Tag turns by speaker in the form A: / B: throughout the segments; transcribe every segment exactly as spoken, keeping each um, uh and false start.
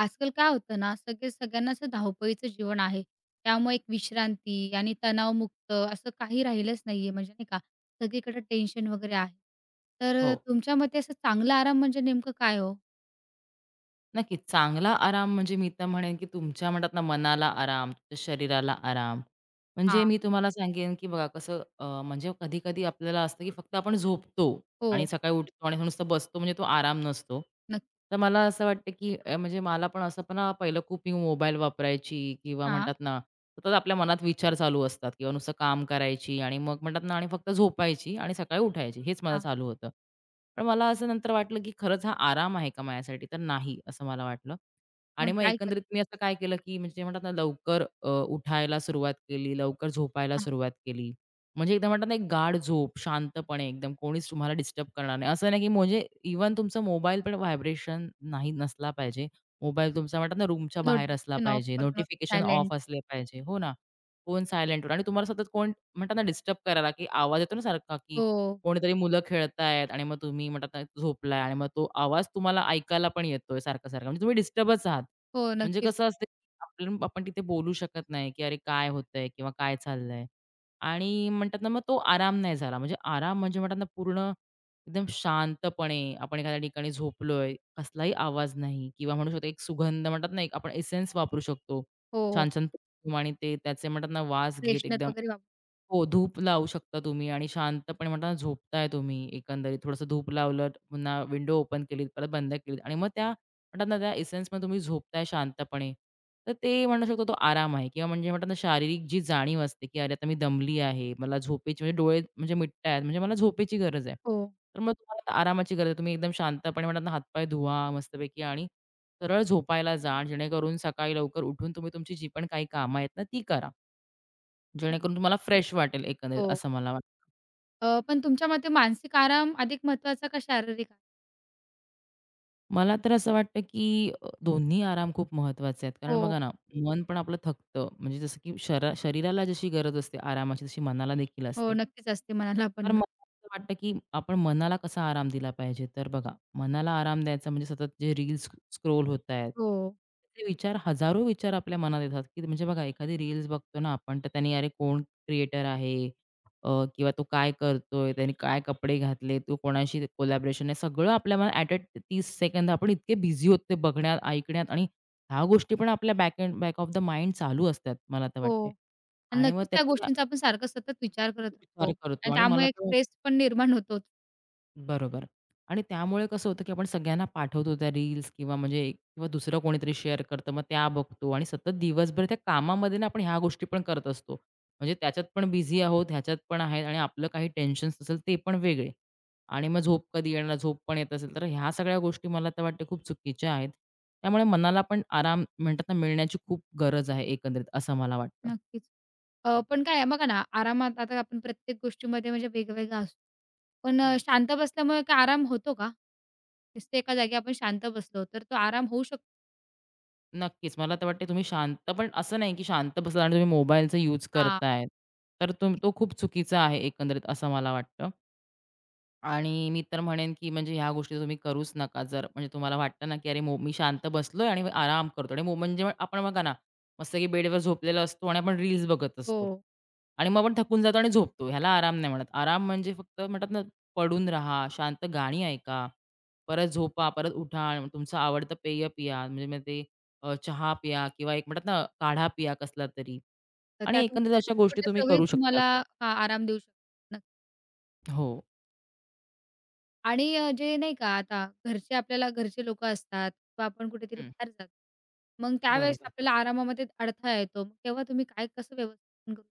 A: आजकाल काय होतं ना, सगळे सगळ्यांना असं धावपळीचं जीवन आहे. त्यामुळे एक विश्रांती आणि तणावमुक्त असं काही राहिलंच नाहीये म्हणजे नाही का, सगळीकडे टेन्शन वगैरे आहे. तर अ,
B: हो,
A: तुमच्या मते असं चांगला आराम म्हणजे नेमकं काय हो?
B: नक्कीच. चांगला आराम म्हणजे मी तर म्हणेन, की तुमच्या म्हणतात ना मनाला आराम, तुमच्या शरीराला आराम. म्हणजे
A: हां.
B: मी तुम्हाला सांगेन, की बघा कसं अ, म्हणजे कधी-कधी आपल्याला असतं, की फक्त आपण झोपतो.
A: हो.
B: आणि सकाळी उठतो आणि नुसतं बसतो म्हणजे तो आराम नसतो. तर
A: नक्कीच.
B: मला असं वाटतं, की अ, म्हणजे मला पण असं पण हा, पहिलं खूप मी मोबाईल वापरायची किंवा
A: हां,
B: म्हणतात ना, सतत आपल्या मनात विचार चालू असतात किंवा नुसतं काम करायची आणि मग म्हणतात ना आणि फक्त झोपायची आणि सकाळी उठायची हेच माझं
A: हां.
B: चालू होतं. पण मला असं नंतर वाटलं, की खरंच हा आराम आहे का माझ्यासाठी? तर नाही असं मला वाटलं. आणि
A: मग
B: मग
A: काय केलं?
B: एकंदरीत मी असं काय केलं, की म्हणजे म्हणतात ना लवकर अ, उठायला सुरुवात केली, लवकर झोपायला
A: हां.
B: सुरुवात केली. म्हणजे एकदम म्हणतात ना, एक गाढ झोप, शांतपणे एकदम कोणीच तुम्हाला डिस्टर्ब करणार नाही. असं नाही, की म्हणजे इव्हन तुमचा मोबाईल पण व्हायब्रेशन नाही नसला पाहिजे. मोबाईल तुमचा म्हणतात ना, रूमच्या बाहेर असला
A: नोटिफिकेशन ऑफ
B: पाहिजे.
A: करून
B: नोटिफिकेशन ऑफ
A: सायलेंट.
B: असले पाहिजे. हो ना. फोन सायलेंटवर आणि तुम्हाला सतत कोण म्हणतात ना, डिस्टर्ब करायला, की आवाज येतो ना सारखा, की
A: हो,
B: कोणीतरी मुलं खेळतायत आणि मग तुम्ही म्हणतात ना, झोपलाय आणि मग तो आवाज तुम्हाला ऐकायला पण येतोय सारखा-सारखा. म्हणजे तुम्ही डिस्टर्बच आहात.
A: हो.
B: म्हणजे
A: नक्कीच.
B: कसं असतं, की आपण तिथे बोलू शकत नाही, की "अरे, काय होतंय?" किंवा "काय चाललंय?" आणि म्हणतात ना, मग तो आराम नाही झाला. म्हणजे आराम म्हणजे म्हणतात ना, पूर्ण एकदम शांतपणे आपण एखाद्या ठिकाणी झोपलोय, कसलाही आवाज नाही किंवा म्हणू शकतो एक सुगंध म्हणतात ना, एक आपण एसेन्स वापरू शकतो.
A: हो, हो.
B: छान-छान परफ्यूम आणि ते त्याचे म्हणतात ना, वास घेत
A: फ्रेशनर
B: एकदम
A: वगैरे वाप
B: हो, धूप लावू शकता तुम्ही आणि शांतपणे म्हणता ना, झोपताय तुम्ही एकंदरीत. थोडंसं धूप लावलं, पुन्हा विंडो ओपन केलीत, परत बंद केलीत आणि मग त्या म्हणतात ना, त्या एसेन्समध्ये तुम्ही झोपताय शांतपणे. तर ते म्हणू शकतो तो आराम आहे किंवा म्हणजे म्हणतात ना, शारीरिक जी जाणीव असते, की "अरे, आता मी दमली आहे. मला झोपेची म्हणजे डोळे म्हणजे मिटतायत, म्हणजे मला झोपेची गरज आहे."
A: हो.
B: तर मग तुम्हाला आता आरामाची गरज आहे. तुम्ही एकदम शांतपणे म्हणतात ना, हातपाय धुवा मस्तपैकी आणि सरळ झोपायला जा, जेणेकरून सकाळी लवकर उठून तुम्ही तुमची जी पण काही कामं आहेत ना, ती करा.
A: नक्की.
B: जेणेकरून तुम्हाला फ्रेश वाटेल एकंदरीत
A: हो.
B: असं मला वाटतं.
A: अ, पण तुमच्या मते मानसिक आराम अधिक महत्त्वाचा का शारीरिक?
B: मला तर असं वाटतं, की अ, दोन्ही आराम खूप महत्त्वाचे आहेत. कारण
A: हो,
B: बघा ना, मन पण आपलं थकतं. म्हणजे जसं की शरा शरीराला जशी गरज असते आरामाची, तशी मनाला देखील
A: हो.
B: असते.
A: नक्कीच असते मनाला पण
B: तर मला असं वाटतं, की आपण मनाला कसा आराम दिला पाहिजे? तर बघा, मनाला आराम द्यायचा म्हणजे सतत जे रील्स स्क्रोल होत आहेत,
A: हो,
B: ते विचार हजारो विचार आपल्या मनात येतात, की म्हणजे बघा एखादी रील्स बघतो ना आपण, तर त्याने अरे कोण क्रिएटर आहे? अ, किंवा तो काय करतोय, त्याने काय कपडे घातले, तो कोणाशी कोलॅबोरेशन आहे, सगळं आपल्याला ॲट अ तीस सेकंद आपण इतके बिझी होते ते बघण्यात, ऐकण्यात आणि ह्या गोष्टी पण आपल्या back end back of the mind चालू असतात, मला तर
A: हो.
B: वाटतंय.
A: आणि
B: आणि मग
A: नक्कीच त्या
B: त्याच्यावर
A: गोष्टींचा आपण सारखं सतत विचार करत राहतो
B: विचार करतो
A: आणि
B: आणि मला
A: त्यामुळे एक
B: तर
A: स्ट्रेस पण निर्माण होतोच.
B: बरोबर. आणि त्यामुळे कसं होतं, की आपण सगळ्यांना पाठवतो त्या रील्स किंवा म्हणजे एक- किंवा दुसरं कोणीतरी शेअर करतं, मग त्या बघतो आणि सतत दिवसभर त्या कामामध्ये ना आपण ह्या गोष्टी पण करत असतो. म्हणजे त्याच्यात पण बिझी आहोत, ह्याच्यात पण आहेत आणि आपलं काही टेन्शन्स असेल ते पण वेगळे. आणि मग झोप कधी येणार, झोप पण येत असेल, तर ह्या सगळ्या गोष्टी मला तर वाटते खूप चुकीच्या आहेत. त्यामुळे मनाला पण आराम म्हणतात ना, मिळण्याची खूप गरज आहे एकंदरीत असं मला वाटतं.
A: नक्कीच. अ, पण काय आहे बघा ना, आरामात आता आपण प्रत्येक गोष्टीमध्ये म्हणजे वेगवेगळा असतो. पण अ,
B: हं.
A: शांत बसल्यामुळे काय आराम होतो का? नुसतं एका जागी आपण शांत बसलो, तर तो आराम होऊ शकतो.
B: नक्कीच. मला तर वाटते तुम्ही शांत पण असं नाही, की शांत बसला आणि तुम्ही मोबाईलचा यूज
A: हां.
B: करताय. तर तुम तो खूप चुकीचा आहे एकंदरीत असं मला वाटतं. आणि मी तर म्हणेन, की म्हणजे ह्या गोष्टी तुम्ही करूच नका. जर म्हणजे तुम्हाला वाटलं ना, की अरे, मो मी शांत बसलोय आणि मी आराम करतो आणि मो म्हणजे मग आपण बघा ना, मस्त की बेडवर झोपलेला असतो आणि आपण रील्स बघत
A: हो.
B: असतो आणि मग आपण थकून जातो आणि झोपतो. ह्याला आराम नाही म्हणत. आराम म्हणजे फक्त म्हणतात ना, पडून राहा, शांत गाणी ऐका, परत झोपा, परत उठा, आणि तुमचं आवडतं पेय पिया. म्हणजे मग ते अ, चहा पिया किंवा एक म्हणतात ना, काढा पिया कसला तरी
A: तर
B: आणि
A: त्यातून
B: एकंदरीत अशा गोष्टी
A: छोट्या
B: तुम्ही
A: सवयी
B: करू शकतात.
A: तुम्हाला हां, आराम देऊ शकतात.
B: हो.
A: आणि अ, जे नाही का आता घरचे आपल्याला घरचे लोकं असतात किंवा आपण कुठेतरी
B: हं.
A: बाहेर जातो. मग त्यावेळेस
B: बरोबर.
A: आपल्याला आरामामध्ये अडथळा येतो. मग तेव्हा तुम्ही काय कसं व्यवस्थापन करू?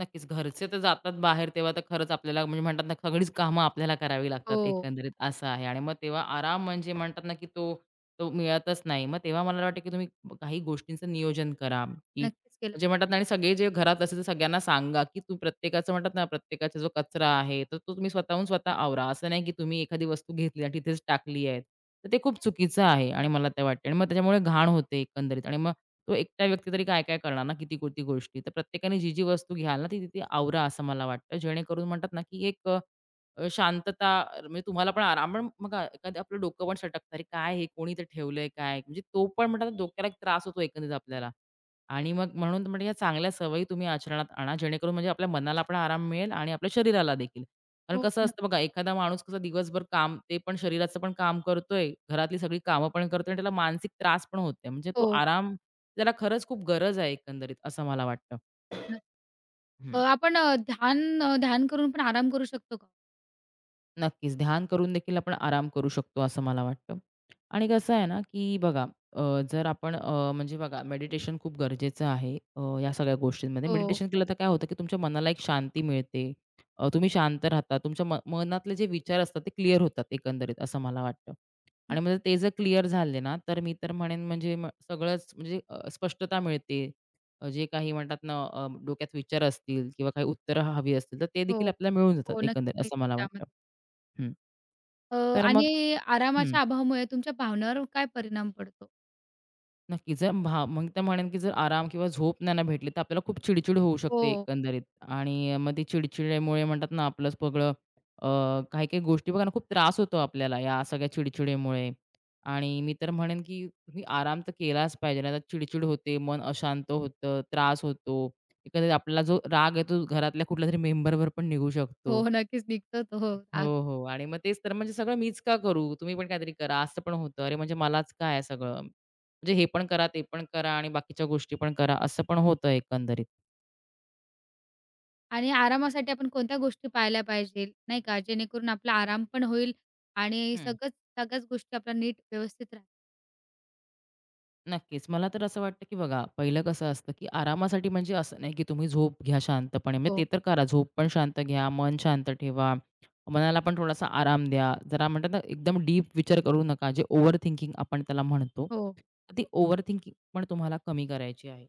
B: नक्कीच. घरचे तर जातात बाहेर तेव्हा तर खरंच आपल्याला म्हणजे म्हणतात ना, सगळीच कामं आपल्याला करावी लागतात
A: हो.
B: एकंदरीत असं आहे आणि मग तेव्हा आराम म्हणजे म्हणतात ना, की तो तो मिळतच नाही. मग तेव्हा मला वाटतं, की तुम्ही काही गोष्टींचं नियोजन करा, की
A: नक्कीच केलं.
B: म्हणजे म्हणतात ना आणि सगळे जे घरात असेल तर सगळ्यांना सांगा, की तू प्रत्येकाचं म्हणतात ना, प्रत्येकाचा जो कचरा आहे, तर तो तुम्ही स्वतःहून स्वतः आवरा. असं नाही, की तुम्ही एखादी वस्तू घेतली आणि तिथेच टाकली आहे. तर ते खूप चुकीचं आहे आणि मला ते वाटतं आणि मग त्याच्यामुळे घाण होते एकंदरीत आणि मग तो एकटा व्यक्ती तरी काय काय करणार ना किती कोटी गोष्टी. तर प्रत्येकाने जी जी वस्तू घ्याल ना ती तिथे आवरा असं मला वाटतं. जेणेकरून म्हणतात ना की एक अ, शांतता अ, म्हणजे तुम्हाला पण आराम पण बघा एखादं आपलं डोकं पण सटकतं. अरे काय हे कोणी इथे ठेवलंय काय? म्हणजे तो पण म्हणतात ना, डोक्याला एक त्रास होतो एकंदरीत आपल्याला. आणि मग म्हणून म्हणजे या चांगल्या सवयी तुम्ही आचरणात आणा जेणेकरून म्हणजे आपल्या मनाला पण आराम मिळेल आणि आपल्या शरीराला देखील. कारण
A: हो,
B: कसं
A: न
B: असतं बघा एखादा माणूस कसा दिवसभर काम ते पण शरीराचं पण काम करतोय, घरातली सगळी कामं पण करतोय आणि त्याला मानसिक त्रास पण होतोय. म्हणजे तो
A: हो,
B: आराम त्याला खरंच खूप गरज आहे एकंदरीत असं मला वाटतं.
A: न अ,
B: हं.
A: आपण अ, ध्यान अ, ध्यान करून पण आराम करू शकतो का?
B: नक्कीच ध्यान करून देखील आपण आराम करू शकतो असं मला वाटतं. आणि कसं आहे ना, की बघा अ, जर आपण अ, म्हणजे बघा मेडिटेशन खूप गरजेचं आहे अ, या सगळ्या गोष्टींमध्ये.
A: हो,
B: मेडिटेशन केलं तर काय होतं, की तुमच्या मनाला एक शांती मिळते. अ, तुम्ही शांत राहता. तुमच्या म मनातले जे विचार असतात ते क्लिअर होतात एकंदरीत असं मला वाटतं.
A: न
B: आणि म्हणजे ते जर क्लिअर झाले ना, तर मी तर म्हणेन म्हणजे मग सगळंच म्हणजे अ, स्पष्टता मिळते. अ, जे काही म्हणतात ना अ, डोक्यात विचार असतील किंवा काही उत्तरं हवी असतील, तर ते
A: हो,
B: देखील आपल्याला मिळून जातात
A: हो,
B: एकंदरीत
A: नक्कीच मी
B: असं मला
A: त्यामध्ये.
B: वाटतं. हं.
A: अ,
B: तर मग
A: आणि
B: हं.
A: आरामाच्या अभावामुळे तुमच्या भावनांवर काय परिणाम पडतो?
B: नक्कीच. जर हां, मग तर म्हणेन की जर आराम किंवा झोप नाही ना भेटली, तर आपल्याला खूप चिडचिड होऊ
A: हो,
B: शकते एकंदरीत आणि मग ती चिडचिडेमुळे म्हणतात ना, आपलं सगळं अ, काही-काही गोष्टी बघा ना, खूप त्रास होतो आपल्याला या सगळ्या चिडचिडेमुळे आणि मी तर म्हणेन की तुम्ही आराम तर केलाच पाहिजे. नाहीतर चिडचिड होते, मन अशांत होतं, त्रास होतो. एकंदरीत आपला जो राग आहे, तो घरातल्या कुठल्यातरी मेंबरवर पण निघू शकतो
A: हो, नक्कीच निघतो तो. हो,
B: हो, हो. आणि मग तेच तर म्हणजे सगळं मीच का करू? तुम्ही पण काहीतरी करा. असं पण होतं. अरे, म्हणजे मलाच का सगळं? म्हणजे हे पण करा, ते पण करा आणि बाकीच्या गोष्टी पण करा, असं पण होतं एकंदरीत.
A: आणि आरामासाठी आपण कोणत्या गोष्टी पाळल्या पाहिजेल, नाही का? जेणेकरून आपला आराम पण होईल आणि
B: हं.
A: सगळंच सगळ्याच गोष्टी आपल्या नीट व्यवस्थित राहतील.
B: नक्कीच. मला तर असं वाटतं, की बघा पहिलं कसं असतं, की आरामासाठी म्हणजे असं नाही, की तुम्ही झोप घ्या शांतपणे. म्हणजे
A: हो,
B: ते तर करा, झोप पण शांत घ्या, मन शांत ठेवा. मनाला पण थोडासा आराम द्या. जरा म्हणतात ना, एकदम डीप विचार करू नका, जे ओव्हर थिंकिंग आपण त्याला म्हणतो.
A: हो,
B: तर ती ओव्हर थिंकिंग पण तुम्हाला कमी करायची आहे.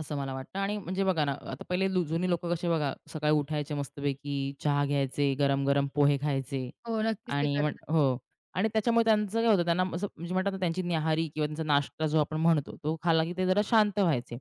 B: असं मला वाटतं आणि म्हणजे बघा ना, आता पहिले लु जुनी लोकं कसे बघा, सकाळी उठायचे मस्तपैकी, चहा घ्यायचे, गरम-गरम पोहे खायचे
A: हो. नक्कीच ते
B: आणि म्हण
A: करतात.
B: हो. आणि त्याच्यामुळे त्यांचं काय होतं, त्यांना असं म्हणजे म्हणतात ना, त्यांची न्याहारी किंवा त्यांचा नाश्ता जो आपण म्हणतो, तो खाल्ला की ते जरा शांत व्हायचे.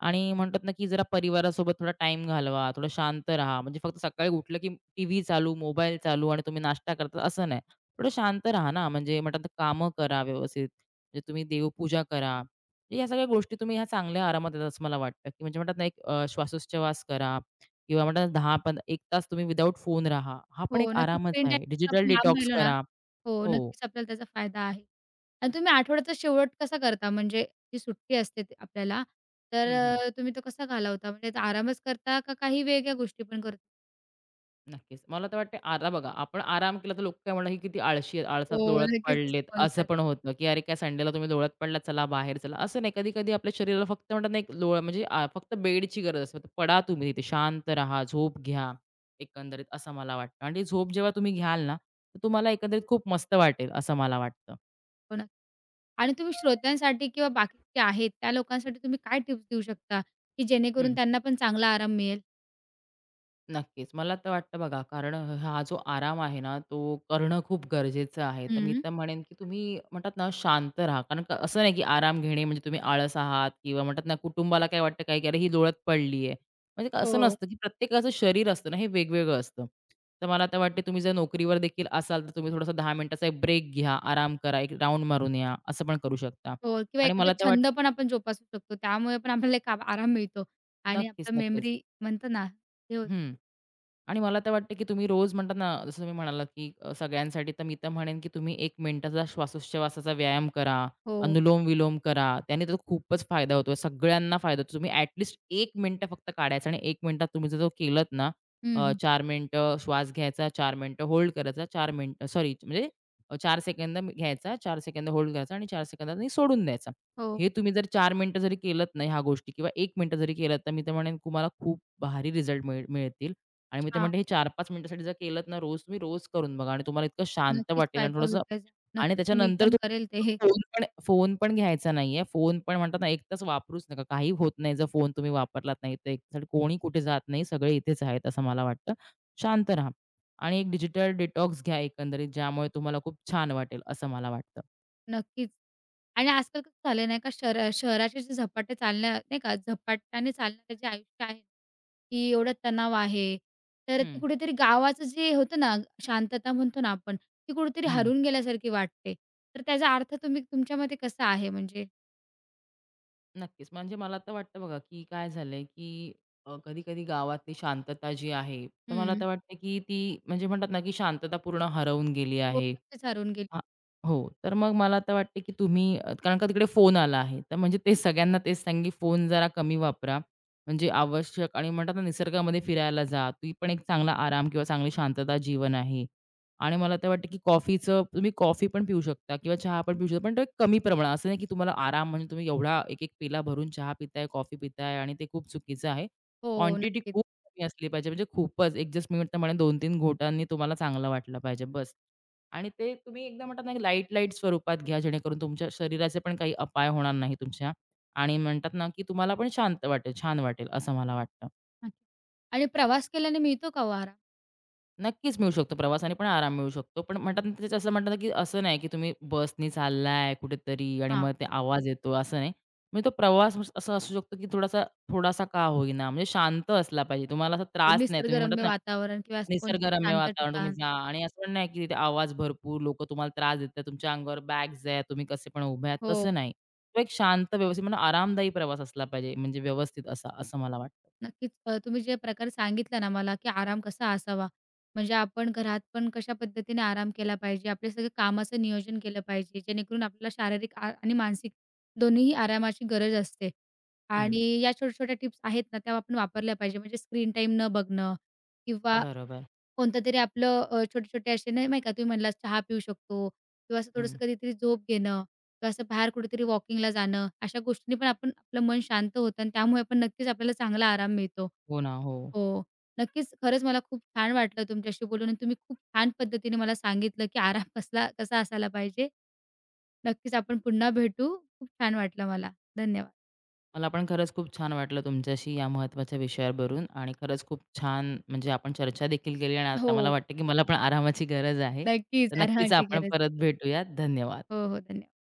B: आणि म्हणतात ना, की जरा परिवारासोबत थोडा टाईम घालवा, थोडं शांत राहा. म्हणजे फक्त सकाळी उठलं की टीव्ही चालू, मोबाईल चालू आणि तुम्ही नाश्ता करता असं नाही. थोडं शांत राहा ना, म्हणजे म्हणतात ना, कामं करा व्यवस्थित. म्हणजे तुम्ही देवपूजा करा म्हणजे या सगळ्या गोष्टी तुम्ही ह्या चांगल्या आरामात येतात असं मला वाटतं, की म्हणजे म्हणतात ना एक अ, श्वासोच्छवास करा किंवा म्हणतात दहा पण एक तास तुम्ही विदाऊट फोन राहा. हा
A: हो,
B: पण एक
A: नक्कीच
B: आरामच
A: स्क्रीन
B: आहे.
A: टाईमपासून
B: डिजिटल
A: आपण लांब
B: डिटॉक्स
A: राहिलो ना
B: करा.
A: हो,
B: हो.
A: नक्कीच आपल्याला त्याचा फायदा आहे. आणि तुम्ही आठवड्याचा शेवट कसा करता? म्हणजे जी सुट्टी असते ती आपल्याला, तर
B: हं, हं.
A: अ, तुम्ही तो कसा घालवता? म्हणजे आरामच करता का काही वेगळ्या गोष्टी पण करता?
B: नक्कीच. मला तर वाटते आता बघा, आपण आराम केला तर लोक काय म्हणणार, "ही किती आळशी आहेत,
A: हो,
B: आळसात लोळत
A: नक्कीच तसं
B: पडलेत." असं
A: बोलतात.
B: पण होतं, की "अरे काय संडेला तुम्ही लोळत पडलात, चला बाहेर चला." असं नाही. कधी-कधी आपल्या शरीराला फक्त म्हणतात ना, एक लोळ म्हणजे आ, फक्त बेडची गरज असते. फक्त पडा तुम्ही तिथे, शांत राहा, झोप घ्या एकंदरीत, असं मला वाटतं. आणि झोप जेव्हा तुम्ही घ्याल ना, तर तुम्हाला एकंदरीत खूप मस्त वाटेल, असं मला वाटतं.
A: हो आणि तुम्ही श्रोत्यांसाठी किंवा बाकी जे आहेत त्या लोकांसाठी तुम्ही काय टिप्स देऊ शकता, की जेणेकरून त्यांना पण चांगला आराम मिळेल?
B: नक्कीच. मला तर वाटतं बघा, कारण हा जो आराम आहे ना, तो करणं खूप गरजेचं आहे. तर मी
A: हं.
B: तर म्हणेन, की तुम्ही म्हणतात ना, शांत राहा. कारण का असं नाही, की आराम घेणे म्हणजे तुम्ही आळस आहात किंवा म्हणतात ना, कुटुंबाला काय वाटतं काय, की "अरे, ही लोळत पडली आहे." म्हणजे का- असं
A: हो.
B: नसतं, की प्रत्येकाचं शरीर असतं ना, हे वेगवेगळं असतं. तर मला तर वाटते, तुम्ही जर नोकरीवर देखील असाल, तर तुम्ही थोडासा दहा मिनिटाचा एक ब्रेक घ्या, आराम करा, एक राउंड मारून या, असं पण करू शकता.
A: हो किंवा
B: आणि
A: एखादा
B: मला तर
A: छंद
B: वाटतं
A: पण आपण जोपासू शकतो. त्यामुळे पण आपल्याला एक आ आराम मिळतो आणि
B: नक्कीच,
A: आपलं
B: नक्कीच.
A: मेमरी म्हणतो ना, हे होतं.
B: हं. आणि मला तर वाटतं, की तुम्ही रोज म्हणतात ना, जसं तुम्ही म्हणालात, की अ, सगळ्यांसाठी तर मी तर म्हणेन, की तुम्ही एक मिनिटाचा श्वासोच्छवासाचा व्यायाम करा,
A: हो.
B: अनुलोम-विलोम करा. त्याने तर खूपच फायदा होतो. सगळ्यांना फायदा होतो. तुम्ही ॲट लीस्ट एक फक्त काढायचं आणि एक मिनिटात तुम्ही जर तो केलत ना,
A: हं,
B: अ,
A: हं.
B: चार मिनिटं श्वास घ्यायचा, चार मिनिटं होल्ड करायचा, चार मिनिटं सॉरी म्हणजे अ, चार सेकंद घ्यायचा, चार सेकंद होल्ड करायचा आणि चार सेकंदांनी सोडून द्यायचा.
A: हो.
B: हे तुम्ही जर चार मिनिटं जरी केलत ना ह्या गोष्टी किंवा एक मिनिटं जरी केलत, तर मी तर म्हणेन तुम्हाला खूप भारी रिझल्ट मिळ मिळतील. आणि मी तर
A: अच्छा.
B: म्हणते हे चार ते पाच मिनिटासाठी जर केलत ना रोज, तुम्ही रोज करून बघा आणि तुम्हाला इतकं शांत
A: नक्कीच
B: वाटेल आणि
A: फायदा
B: थोडंसं
A: होईल त्याचा.
B: आणि
A: नक्कीच मी
B: त्याच्यानंतर
A: पण करेल ते हे.
B: तुम्हाला फोन पण फोन पण घ्यायचा नाहीये. फोन पण म्हणतात ना एक तास वापरूच नका. काही होत नाही जर फोन तुम्ही वापरलात नाही तर एक तासासाठी कोणी कुठे जात नाही. सगळे इथेच आहेत असं मला वाटतं. शांत राहा आणि एक डिजिटल डिटॉक्स घ्या एकंदरीत ज्यामुळे तुम्हाला खूप छान वाटेल असं मला वाटतं.
A: नक्कीच. आणि आजकाल कसं झालंय नाही का, शहरा शहराचे जे झपाटे चालण्या नाही का, झपाट्याने चालणारे जे आयुष्य आहे की एवढा तणाव आहे. तर ते
B: हं,
A: कुठेतरी गावाचं जे होतं ना, शांतता म्हणतो ना आपण, ती कुठेतरी
B: हं.
A: हरवून गेल्यासारखी वाटते. तर त्याचा अर्थ तुम्ही तुमच्या मते कसा आहे म्हणजे?
B: नक्कीच. म्हणजे मला तर वाटतं बघा, की काय झालंय, की अ, कधी-कधी गावातली शांतता जी आहे, तर मला
A: हं.
B: तर वाटतं, की ती म्हणजे म्हणतात ना, की शांतता पूर्ण हरवून गेली
A: हो,
B: आहे.
A: नक्कीच हरवून गेली.
B: हां. हो, तर मग मला आता वाटते, की तुम्ही अ, कारण का तिकडे फोन आला आहे. तर म्हणजे ते सगळ्यांना तेच सांगेन, की फोन जरा कमी वापरा. म्हणजे आवश्यक आणि म्हणतात ना, निसर्गामध्ये फिरायला जा. ती पण एक चांगला आराम किंवा चांगली शांतता जीवन आहे. आणि मला तर वाटतं, की कॉफीचं तुम्ही कॉफी पण पिऊ शकता किंवा चहा पण पिऊ शकता. पण तो एक कमी प्रमाणात. असं नाही, की तुम्हाला आराम म्हणजे तुम्ही एवढा एक-एक पेला भरून चहा पिताय, कॉफी पिताय आणि ते खूप चुकीचं आहे.
A: हो,
B: क्वांटिटी
A: नक्कीच.
B: खूप कमी असली पाहिजे. म्हणजे खूपच एक जस्ट मी म्हणेन दोन ते तीन घोटांनी तुम्हाला चांगलं वाटलं पाहिजे. बस. आणि ते तुम्ही एकदम म्हणतात ना, की लाईट-लाईट स्वरूपात घ्या, जेणेकरून तुमच्या शरीराचे पण काही अपाय होणार नाही तुमच्या आणि म्हणतात ना, की तुम्हाला पण शांत वाटेल, छान वाटेल असं मला वाटतं.
A: नक्कीच. आणि प्रवास केल्याने मिळतो का ओ आराम?
B: नक्कीच मिळू शकतो. प्रवासाने पण आराम मिळू शकतो. पण म्हणतात ना, त्याचं असं म्हणतात ना, की असं नाही, की तुम्ही बसनी चाललाय कुठेतरी आणि
A: हां,
B: मग ते आवाज येतो, असं नाही. म्हणजे तो प्रवास मस- असा असू शकतो, की थोडासा थोडासा का होईना, म्हणजे शांत असला पाहिजे. तुम्हाला असा त्रास नाही. तुम्ही म्हणतात
A: निसर्गरम्य
B: ना,
A: वातावरण किंवा असं कोणतं
B: निसर्गरम्य
A: शांत
B: वातावरण तुम्ही
A: ठिकाण?
B: जा आणि असं पण नाही, की तिथे आवाज भरपूर, लोकं तुम्हाला त्रास देतात, तुमच्या अंगावर बॅग्स आहेत, तुम्ही कसे पण उभे आहात,
A: हो.
B: तसं नाही. तो एक शांत, व्यवस्थित म्हणजे आरामदायी प्रवास असला पाहिजे, म्हणजे व्यवस्थित असा, असं मला वाटतं.
A: नक्कीच. अ, तुम्ही जे प्रकार सांगितला ना मला, की आराम कसा असावा, म्हणजे आपण घरात पण कशा पद्धतीने आराम केला पाहिजे, आपले सगळे कामाचं नियोजन केलं पाहिजे, जेणेकरून आपल्याला शारीरिक आ आणि मानसिक दोन्हीही आरामाची गरज असते.
B: हं.
A: आणि या छोट्या-छोट्या टिप्स आहेत ना, त्या आपण वापरल्या पाहिजे. म्हणजे स्क्रीन टाईम न बघणं किंवा
B: बरोबर.
A: कोणतंतरी आपलं अ, छोटे-छोटे असे नाही नाही का, तुम्ही म्हणलात चहा पिऊ शकतो किंवा असं
B: हं.
A: थोडंसं कधीतरी झोप घेणं किंवा असं बाहेर कुठेतरी वॉकिंगला जाणं, अशा गोष्टींनी पण आपण आपलं मन शांत होतं आणि त्यामुळे पण नक्कीच आपल्याला चांगला आराम मिळतो.
B: हो ना. हो.
A: हो. नक्कीच, खरंच मला खूप छान वाटलं तुमच्याशी बोलून आणि तुम्ही खूप छान पद्धतीने मला सांगितलं, की आराम कसला कसा असायला पाहिजे. नक्कीच आपण पुन्हा भेटू. खूप छान वाटलं मला. धन्यवाद.
B: मला पण खरंच खूप छान वाटलं तुमच्याशी या महत्त्वाच्या विषयावरून आणि खरंच खूप छान म्हणजे आपण चर्चा देखील केली आणि आता
A: हो.
B: मला वाटतं की मला पण आरामाची गरज आहे.
A: नक्कीच
B: तर नक्कीच
A: आरामाची
B: आपण
A: गरज आहे.
B: परत भेटूयात. धन्यवाद.
A: हो, हो. धन्यवाद.